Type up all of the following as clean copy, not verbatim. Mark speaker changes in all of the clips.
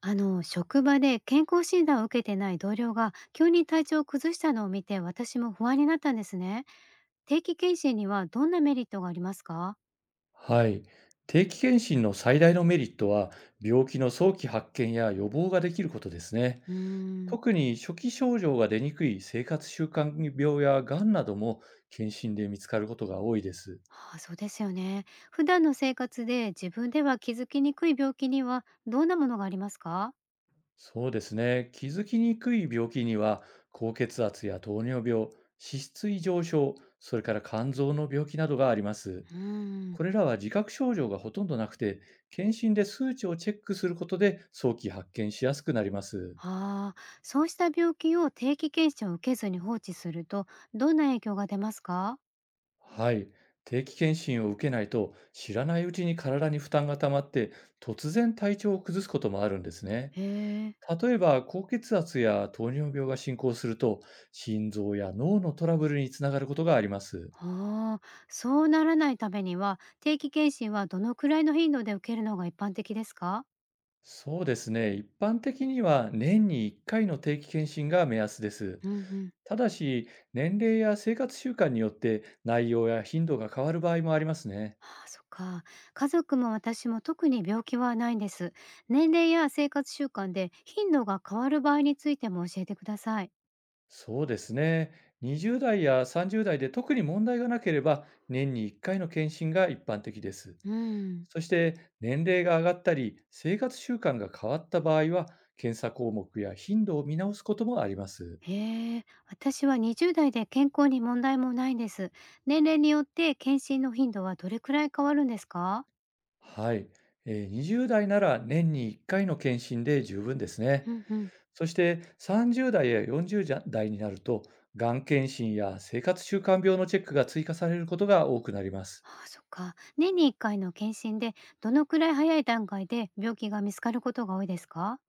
Speaker 1: あの職場で健康診断を受けてない同僚が急に体調を崩したのを見て私も不安になったんですね。定期検診にはどんなメリットがありますか？
Speaker 2: はい。定期検診の最大のメリットは、病気の早期発見や予防ができることですね。
Speaker 1: うーん、
Speaker 2: 特に初期症状が出にくい生活習慣病やがんなども検診で見つかることが多いです。
Speaker 1: ああ、そうですよね。普段の生活で自分では気づきにくい病気にはどんなものがありますか？
Speaker 2: そうですね。気づきにくい病気には、高血圧や糖尿病、脂質異常症、それから肝臓の病気などがあります。
Speaker 1: うーん。
Speaker 2: これらは自覚症状がほとんどなくて、検診で数値をチェックすることで早期発見しやすくなります。
Speaker 1: ああ、そうした病気を定期検診を受けずに放置するとどんな影響が出ますか？
Speaker 2: はい。定期検診を受けないと知らないうちに体に負担が溜まって突然体調を崩すこともあるんですね。
Speaker 1: へえ。
Speaker 2: 例えば高血圧や糖尿病が進行すると心臓や脳のトラブルにつながることがあります。
Speaker 1: ああ、そうならないためには、定期検診はどのくらいの頻度で受けるのが一般的ですか？
Speaker 2: そうですね。一般的には年に1回の定期検診が目安です。
Speaker 1: うんうん。
Speaker 2: ただし年齢や生活習慣によって内容や頻度が変わる場合もありますね。
Speaker 1: ああ、そっか。家族も私も特に病気はないんです。年齢や生活習慣で頻度が変わる場合についても教えてください。
Speaker 2: そうですね。20代や30代で特に問題がなければ、年に1回の検診が一般的です。
Speaker 1: うん。
Speaker 2: そして、年齢が上がったり、生活習慣が変わった場合は、検査項目や頻度を見直すこともあります。
Speaker 1: へえ、私は20代で健康に問題もないんです。年齢によって検診の頻度はどれくらい変わるんですか？
Speaker 2: はい。20代なら年に1回の検診で十分ですね。
Speaker 1: うんうん。
Speaker 2: そして、30代や40代になると、がん検診や生活習慣病のチェックが追加されることが多くなります。
Speaker 1: ああ、そっか。年に1回の検診で、どのくらい早い段階で病気が見つかることが多いですか？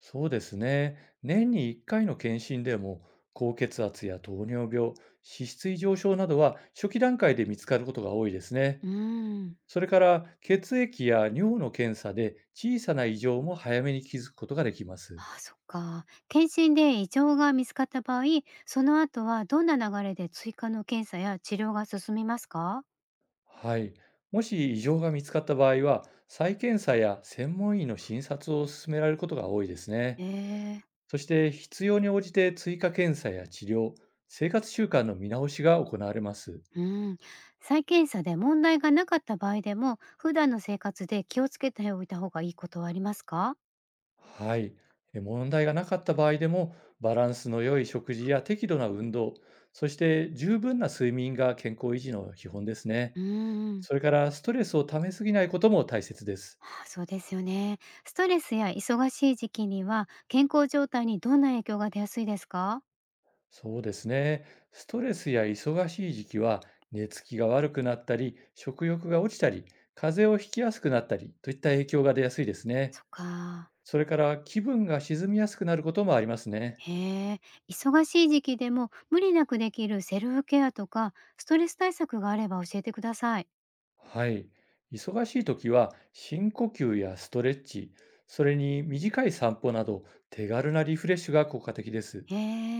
Speaker 2: そうですね。年に1回の検診でも、高血圧や糖尿病、脂質異常症などは初期段階で見つかることが多いです
Speaker 1: う
Speaker 2: ね。
Speaker 1: ーん。
Speaker 2: それから、血液や尿の検査で小さな異常も早めに気づくことができます。
Speaker 1: ああ、そっか。検診で異常が見つかった場合、その後はどんな流れで追加の検査や治療が進みますか？
Speaker 2: はい。もし異常が見つかった場合は、再検査や専門医の診察を勧められることが多いですね。
Speaker 1: ええ。
Speaker 2: そして、必要に応じて追加検査や治療、生活習慣の見直しが行われます。
Speaker 1: うん。再検査で問題がなかった場合でも、普段の生活で気をつけておいた方がいいことはありますか？
Speaker 2: はい。問題がなかった場合でも、バランスの良い食事や適度な運動、そして十分な睡眠が健康維持の基本ですね。
Speaker 1: うーん。
Speaker 2: それからストレスをためすぎないことも大切です。
Speaker 1: あ、そうですよね。ストレスや忙しい時期には健康状態にどんな影響が出やすいですか？
Speaker 2: そうですね。ストレスや忙しい時期は、寝つきが悪くなったり、食欲が落ちたり、風邪をひきやすくなったりといった影響が出やすいです
Speaker 1: そ
Speaker 2: ね。
Speaker 1: っか。
Speaker 2: それから気分が沈みやすくなることもありますね。
Speaker 1: へえ。忙しい時期でも無理なくできるセルフケアとかストレス対策があれば教えてください。
Speaker 2: はい。忙しい時は深呼吸やストレッチ、それに短い散歩など手軽なリフレッシュが効果的です。
Speaker 1: へ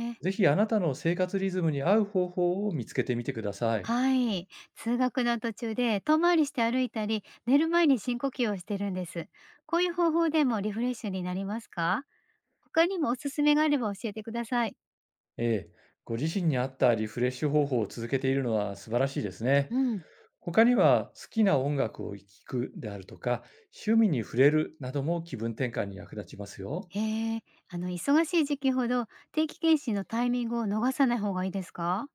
Speaker 1: え。
Speaker 2: ぜひあなたの生活リズムに合う方法を見つけてみてください。
Speaker 1: はい。通学の途中で遠回りして歩いたり寝る前に深呼吸をしてるんです。こういう方法でもリフレッシュになりますか？他にもおすすめがあれば教えてください。
Speaker 2: ええ、ご自身に合ったリフレッシュ方法を続けているのは素晴らしいですね。
Speaker 1: うん。
Speaker 2: 他には好きな音楽を聴くであるとか、趣味に触れるなども気分転換に役立ちますよ。
Speaker 1: へえ、忙しい時期ほど定期検診のタイミングを逃さない方がいいですか？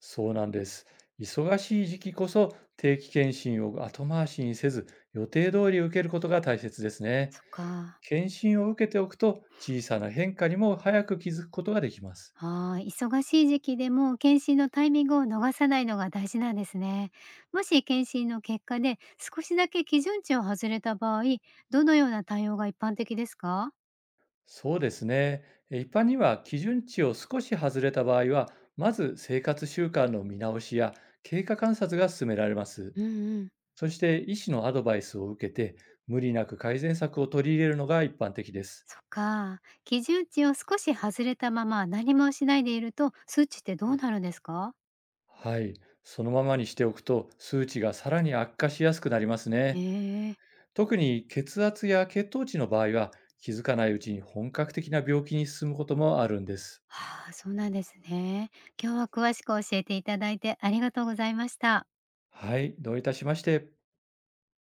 Speaker 2: そうなんです。忙しい時期こそ定期検診を後回しにせず、予定通り受けることが大切ですね。
Speaker 1: そっか。
Speaker 2: 検診を受けておくと、小さな変化にも早く気づくことができます。
Speaker 1: ああ、忙しい時期でも検診のタイミングを逃さないのが大事なんですね。もし検診の結果で少しだけ基準値を外れた場合、どのような対応が一般的ですか？
Speaker 2: そうですね。一般には基準値を少し外れた場合は、まず生活習慣の見直しや経過観察が進められます。
Speaker 1: うんうん。
Speaker 2: そして医師のアドバイスを受けて、無理なく改善策を取り入れるのが一般的です。
Speaker 1: そっか。基準値を少し外れたまま何もしないでいると数値ってどうなるんですか？
Speaker 2: はい、そのままにしておくと数値がさらに悪化しやすくなります
Speaker 1: へ
Speaker 2: ね。
Speaker 1: え。
Speaker 2: 特に血圧や血糖値の場合は気づかないうちに本格的な病気に進むこともあるんです。
Speaker 1: はあ、そうなんですね。今日は詳しく教えていただいてありがとうございました。
Speaker 2: はい、どういたしまして。